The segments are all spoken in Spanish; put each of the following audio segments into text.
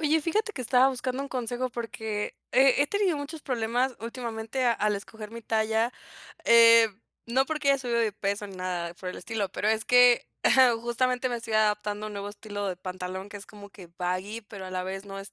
Oye, fíjate que estaba buscando un consejo porque he tenido muchos problemas últimamente al escoger mi talla. eh, no porque haya subido de peso ni nada por el estilo, pero es que justamente me estoy adaptando a un nuevo estilo de pantalón que es como que baggy, pero a la vez no es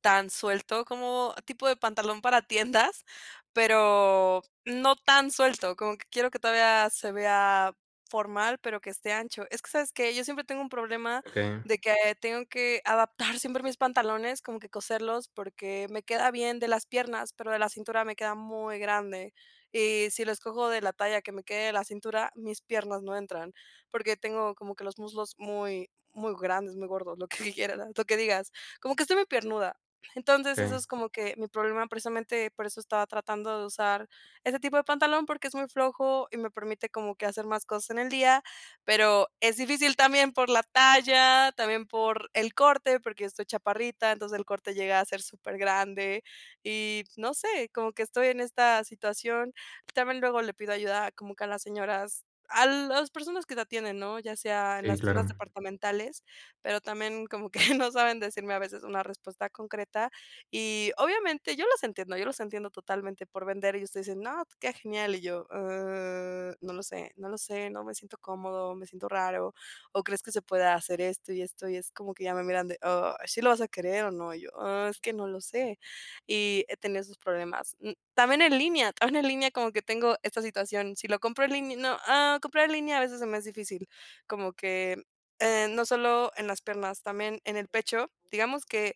tan suelto como tipo de pantalón para tiendas, pero no tan suelto, como que quiero que todavía se vea formal, pero que esté ancho. Es que, ¿sabes qué? Yo siempre tengo un problema Okey, de que tengo que adaptar siempre mis pantalones, como que coserlos, porque me queda bien de las piernas, pero de la cintura me queda muy grande. Y si los cojo de la talla que me quede de la cintura, mis piernas no entran, porque tengo como que los muslos muy, muy grandes, muy gordos, lo que quieras, lo que digas. Como que estoy muy piernuda. Entonces, eso okey. es como que mi problema, precisamente por eso estaba tratando de usar este tipo de pantalón, porque es muy flojo y me permite como que hacer más cosas en el día, pero es difícil también por la talla, también por el corte, porque yo estoy chaparrita, entonces el corte llega a ser súper grande y no sé, como que estoy en esta situación. También luego le pido ayuda como que a las señoras, a las personas que te atienden, ¿no? Ya sea en Sí, las tiendas claro. departamentales, pero también como que no saben decirme a veces una respuesta concreta, y obviamente yo los entiendo totalmente por vender. Ellos te dicen: "No, qué genial". Y yo: "Ah, no lo sé, no lo sé, no me siento cómodo, me siento raro, o crees que se pueda hacer esto y esto", y es como que ya me miran de: "Ah, ¿sí lo vas a querer o no?". Y yo: "Ah, es que no lo sé". Y he tenido esos problemas. También en línea, también en línea como que tengo esta situación. Si lo compro en línea no, ah, comprar en línea a veces se me es difícil, como que, no solo en las piernas, también en el pecho. Digamos que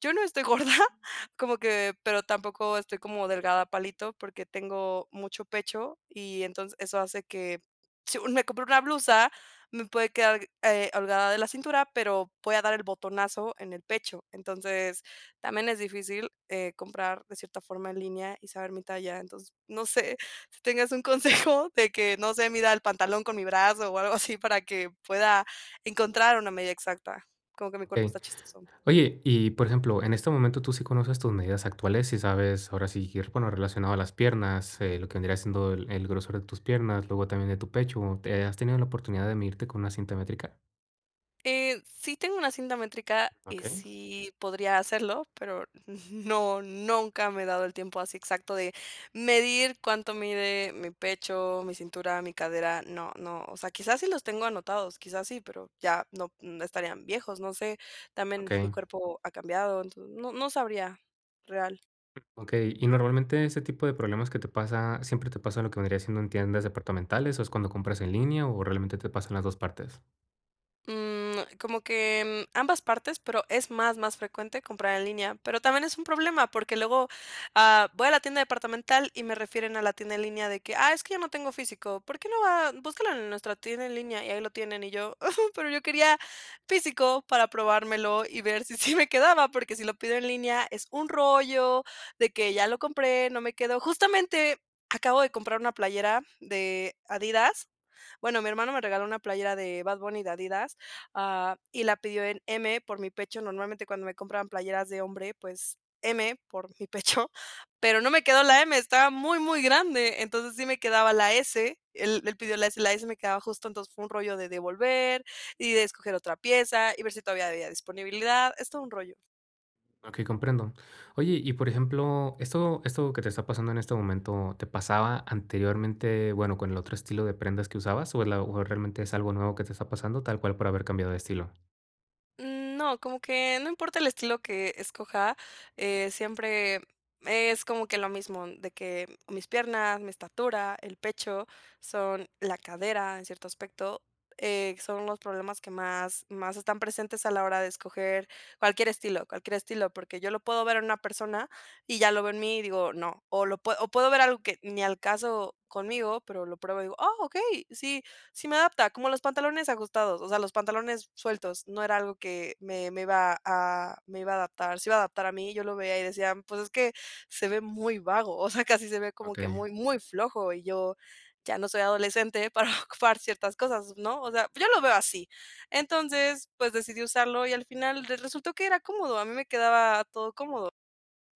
yo no estoy gorda, como que pero tampoco estoy como delgada palito, porque tengo mucho pecho, y entonces eso hace que si me compré una blusa, me puede quedar, holgada de la cintura, pero voy a dar el botonazo en el pecho. Entonces, también es difícil, comprar de cierta forma en línea y saber mi talla. Entonces, no sé, si tengas un consejo de que, no sé, mida el pantalón con mi brazo o algo así para que pueda encontrar una medida exacta. Como que mi cuerpo Okey. está chistoso. Oye, y, por ejemplo, en este momento, ¿tú sí conoces tus medidas actuales? Y sabes, ahora sí que, bueno, relacionado a las piernas, lo que vendría siendo el grosor de tus piernas, luego también de tu pecho, ¿te has tenido la oportunidad de medirte con una cinta métrica? Sí tengo una cinta métrica y Okey, sí podría hacerlo, pero no, nunca me he dado el tiempo así exacto de medir cuánto mide mi pecho, mi cintura, mi cadera. No, no, o sea, quizás sí los tengo anotados, quizás sí, pero ya no, estarían viejos, no sé. También mi okey, cuerpo ha cambiado, entonces no, no sabría real. okey. Y normalmente, ¿este tipo de problemas que te pasa, siempre te pasa lo que vendría siendo en tiendas departamentales, o es cuando compras en línea, o realmente te pasan las 2 partes? Como que ambas partes, pero es más, más frecuente comprar en línea. Pero también es un problema porque luego, ah, voy a la tienda departamental y me refieren a la tienda en línea de que, ah, es que yo no tengo físico. ¿Por qué no va? Búscalo en nuestra tienda en línea y ahí lo tienen. Y yo, pero yo quería físico para probármelo y ver si sí me quedaba, porque si lo pido en línea es un rollo de que ya lo compré, no me quedó. Justamente acabo de comprar una playera de Adidas. Bueno, mi hermano me regaló una playera de Bad Bunny de Adidas, y la pidió en M por mi pecho. Normalmente cuando me compraban playeras de hombre, pues M por mi pecho, pero no me quedó la M, estaba muy, muy grande, entonces sí me quedaba la S, él pidió la S me quedaba justo, entonces fue un rollo de devolver y de escoger otra pieza y ver si todavía había disponibilidad, es todo un rollo. Okey, comprendo. Oye, y por ejemplo, esto que te está pasando en este momento, ¿te pasaba anteriormente, bueno, con el otro estilo de prendas que usabas, o es la o realmente es algo nuevo que te está pasando, tal cual por haber cambiado de estilo? No, como que no importa el estilo que escoja, siempre es como que lo mismo, de que mis piernas, mi estatura, el pecho, son la cadera en cierto aspecto, son los problemas que más, más están presentes a la hora de escoger cualquier estilo, porque yo lo puedo ver en una persona y ya lo veo en mí y digo, no, o, o puedo ver algo que ni al caso conmigo, pero lo pruebo y digo, oh, ok, sí, sí me adapta, como los pantalones ajustados, o sea, los pantalones sueltos, no era algo que me iba a adaptar, se iba a adaptar a mí, yo lo veía y decía: "Pues es que se ve muy vago", o sea, casi se ve como que Okey. muy muy flojo, y yo ya no soy adolescente para ocupar ciertas cosas, ¿no? O sea, yo lo veo así. Entonces, pues decidí usarlo y al final resultó que era cómodo, a mí me quedaba todo cómodo.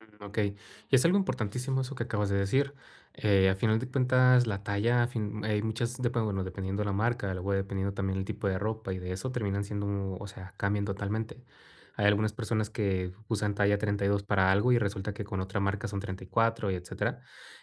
Ok, y es algo importantísimo eso que acabas de decir. A final de cuentas, la talla, a fin- hay muchas, dep- bueno, dependiendo la marca, luego dependiendo también el tipo de ropa y de eso, terminan siendo, o sea, cambian totalmente. Hay algunas personas que usan talla 32 para algo y resulta que con otra marca son 34 y etcétera.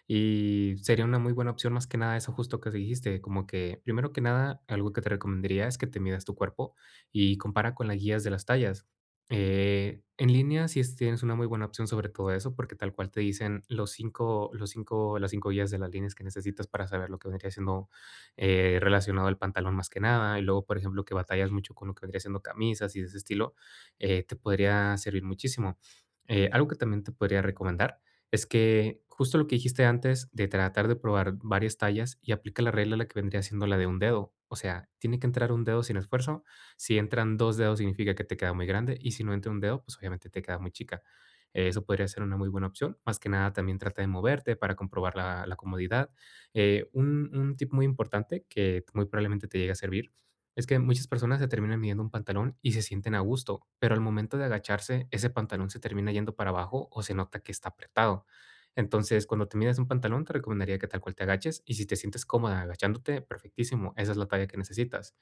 Y sería una muy buena opción más que nada eso justo que dijiste, como que primero que nada, algo que te recomendaría es que te midas tu cuerpo y compara con las guías de las tallas. En línea sí es tienes una muy buena opción sobre todo eso, porque tal cual te dicen los 5 las 5 guías de las líneas que necesitas para saber lo que vendría siendo, relacionado al pantalón más que nada. Y luego, por ejemplo, que batallas mucho con lo que vendría siendo camisas y de ese estilo, te podría servir muchísimo. Algo que también te podría recomendar es que justo lo que dijiste antes de tratar de probar varias tallas y aplica la que vendría siendo la de un dedo. O sea, tiene que entrar un dedo sin esfuerzo. Si entran dos dedos significa que te queda muy grande y si no entra un dedo, pues obviamente te queda muy chica. Eso podría ser una muy buena opción. Más que nada, también trata de moverte para comprobar la comodidad. Un tip muy importante que muy probablemente te llegue a servir es que muchas personas se terminan midiendo un pantalón y se sienten a gusto, pero al momento de agacharse, ese pantalón se termina yendo para abajo o se nota que está apretado. Entonces, cuando te mides un pantalón, te recomendaría que tal cual te agaches, y si te sientes cómoda agachándote, perfectísimo, esa es la talla que necesitas.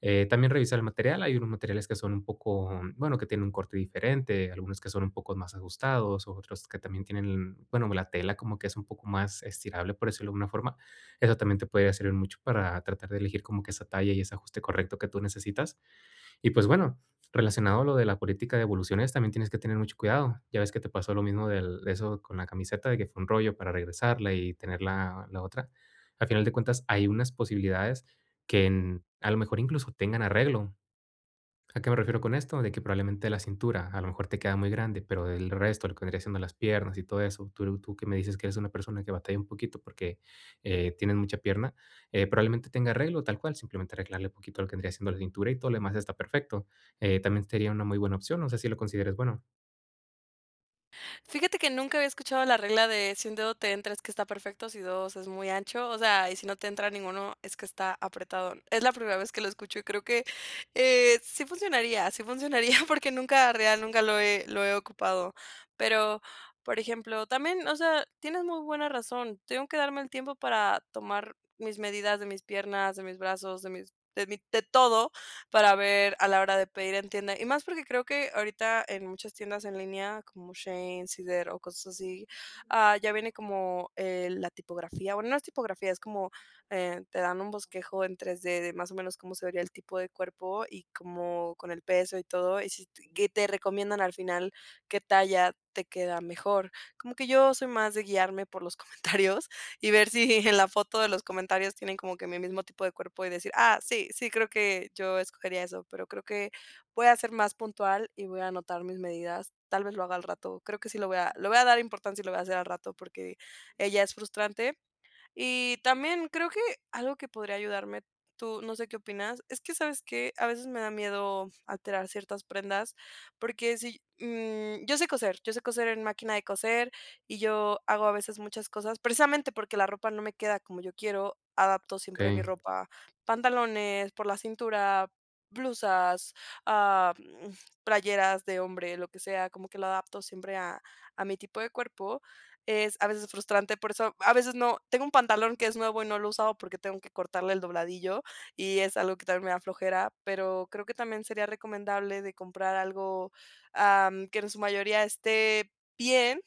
También revisar el material. Hay unos materiales que son un poco, bueno, que tienen un corte diferente, algunos que son un poco más ajustados, otros que también tienen, bueno, la tela como que es un poco más estirable, por decirlo de alguna forma. Eso también te podría servir mucho para tratar de elegir como que esa talla y ese ajuste correcto que tú necesitas. Y pues bueno, relacionado a lo de la política de evoluciones, también tienes que tener mucho cuidado. Ya ves que te pasó lo mismo de eso con la camiseta, de que fue un rollo para regresarla y tener la otra. Al final de cuentas, hay unas posibilidades que en- a lo mejor incluso tengan arreglo. ¿A qué me refiero con esto? De que probablemente la cintura a lo mejor te queda muy grande, pero del resto, lo que vendría siendo las piernas y todo eso, tú que me dices que eres una persona que batalla un poquito porque tienes mucha pierna, probablemente tenga arreglo tal cual, simplemente arreglarle un poquito lo que vendría siendo la cintura y todo lo demás está perfecto. También sería una muy buena opción, no sé si lo consideres bueno. Fíjate que nunca había escuchado la regla de si un dedo te entra es que está perfecto, si 2 es muy ancho, o sea, y si no te entra ninguno es que está apretado. Es la primera vez que lo escucho y creo que, sí funcionaría porque nunca, real, nunca lo he ocupado. Pero, por ejemplo, también, o sea, tienes muy buena razón, tengo que darme el tiempo para tomar mis medidas de mis piernas, de mis brazos, de mis de mi de todo, para ver a la hora de pedir en tienda. Y más porque creo que ahorita en muchas tiendas en línea, como Shein, Cider o cosas así, ya viene como la tipografía. Bueno, no es tipografía, es como te dan un bosquejo en 3D de más o menos cómo se vería el tipo de cuerpo y como con el peso y todo. Y si que te recomiendan al final qué talla te queda mejor. Como que yo soy más de guiarme por los comentarios y ver si en la foto de los comentarios tienen como que mi mismo tipo de cuerpo y decir, ah, sí, sí, creo que yo escogería eso, pero creo que voy a ser más puntual y voy a anotar mis medidas. Tal vez lo haga al rato. Creo que sí lo voy a dar importancia y lo voy a hacer al rato porque ella es frustrante y también creo que algo que podría ayudarme, tú no sé qué opinas, es que, ¿sabes que a veces me da miedo alterar ciertas prendas, porque si, yo sé coser en máquina de coser y yo hago a veces muchas cosas, precisamente porque la ropa no me queda como yo quiero, adapto Ok. siempre mi ropa, pantalones por la cintura, blusas, ah, mm, playeras de hombre, lo que sea, como que lo adapto siempre a mi tipo de cuerpo, es a veces frustrante, por eso a veces no tengo un pantalón que es nuevo y no lo he usado porque tengo que cortarle el dobladillo y es algo que también me da flojera, pero creo que también sería recomendable de comprar algo, que en su mayoría esté bien,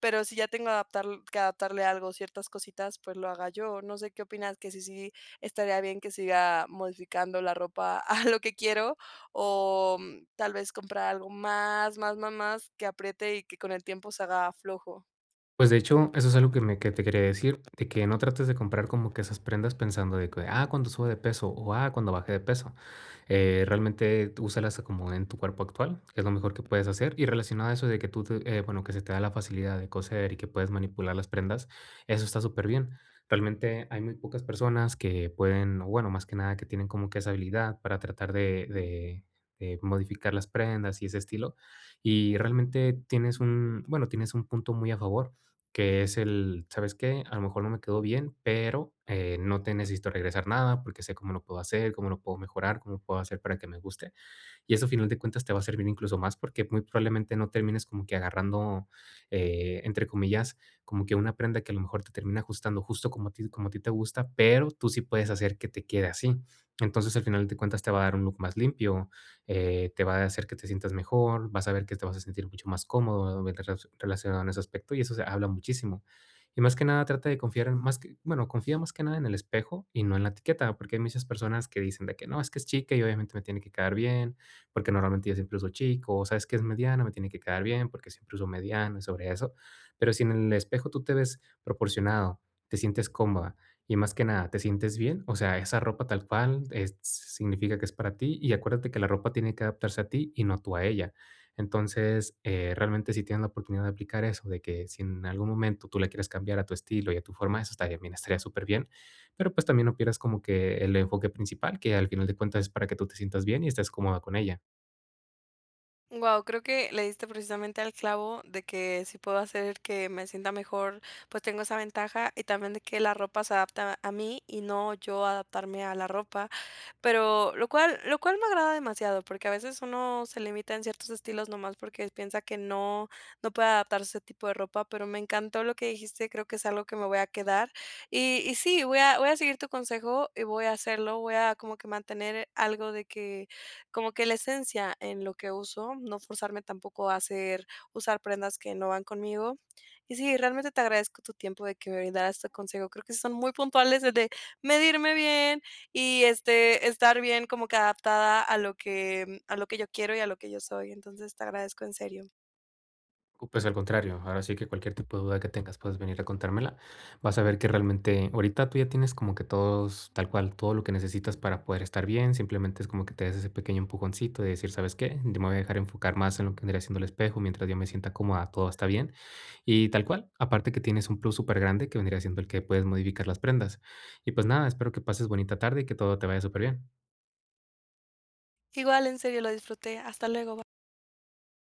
pero si ya tengo adaptarle algo, ciertas cositas, pues lo haga yo. No sé qué opinas, que si sí estaría bien que siga modificando la ropa a lo que quiero o, tal vez comprar algo más, más que apriete y que con el tiempo se haga flojo. Pues, de hecho, eso es algo que me que te quería decir, de que no trates de comprar como que esas prendas pensando de que, ah, cuando sube de peso o, ah, cuando baje de peso. Realmente úsalas como en tu cuerpo actual, que es lo mejor que puedes hacer. Y relacionado a eso de que bueno, que se te da la facilidad de coser y que puedes manipular las prendas, eso está súper bien. Realmente hay muy pocas personas que pueden, o bueno, más que nada que tienen como que esa habilidad para tratar de modificar las prendas y ese estilo. Y realmente tienes un, bueno, tienes un punto muy a favor que es el, ¿sabes qué? A lo mejor no me quedó bien, pero no te necesito regresar nada porque sé cómo lo puedo hacer, cómo lo puedo mejorar, cómo puedo hacer para que me guste. Y eso, a final de cuentas, te va a servir incluso más porque muy probablemente no termines como que agarrando, entre comillas, como que una prenda que a lo mejor te termina ajustando justo como a ti te gusta, pero tú sí puedes hacer que te quede así. Entonces, al final de cuentas, te va a dar un look más limpio, te va a hacer que te sientas mejor, vas a ver que te vas a sentir mucho más cómodo relacionado en ese aspecto y eso se habla muchísimo. Y más que nada trata de confiar en más que, bueno, confía más que nada en el espejo y no en la etiqueta, porque hay muchas personas que dicen de que no, es que es chica y obviamente me tiene que quedar bien, porque normalmente yo siempre uso chico, o sabes que es mediano, me tiene que quedar bien, porque siempre uso mediano y sobre eso. Pero si en el espejo tú te ves proporcionado, te sientes cómoda y más que nada te sientes bien, o sea, esa ropa tal cual es- significa que es para ti y acuérdate que la ropa tiene que adaptarse a ti y no tú a ella. Entonces, realmente si tienes la oportunidad de aplicar eso, de que si en algún momento tú le quieres cambiar a tu estilo y a tu forma, eso estaría bien, estaría súper bien. Pero pues también no pierdas como que el enfoque principal, que al final de cuentas es para que tú te sientas bien y estés cómoda con ella. Wow, creo que le diste precisamente al clavo de que si puedo hacer que me sienta mejor, pues tengo esa ventaja y también de que la ropa se adapta a mí y no yo adaptarme a la ropa, pero lo cual me agrada demasiado, porque a veces uno se limita en ciertos estilos nomás porque piensa que no puede adaptarse a ese tipo de ropa, pero me encantó lo que dijiste, creo que es algo que me voy a quedar y sí, voy a seguir tu consejo y voy a hacerlo, voy a como que mantener algo de que como que la esencia en lo que uso, no forzarme tampoco a hacer usar prendas que no van conmigo. Y sí, realmente te agradezco tu tiempo de que me brindaras este consejo. Creo que sí son muy puntuales el de medirme bien y este estar bien como que adaptada a lo que a lo que yo quiero y a lo que yo soy. Entonces, te agradezco en serio. Pues al contrario, ahora sí que cualquier tipo de duda que tengas puedes venir a contármela. Vas a ver que realmente ahorita tú ya tienes como que todos, tal cual, todo lo que necesitas para poder estar bien. Simplemente es como que te des ese pequeño empujoncito de decir, ¿sabes qué? Yo me voy a dejar enfocar más en lo que vendría haciendo el espejo. Mientras yo me sienta cómoda, todo está bien. Y tal cual, aparte que tienes un plus súper grande que vendría siendo el que puedes modificar las prendas. Y pues nada, espero que pases bonita tarde y que todo te vaya súper bien. Igual, en serio, lo disfruté. Hasta luego.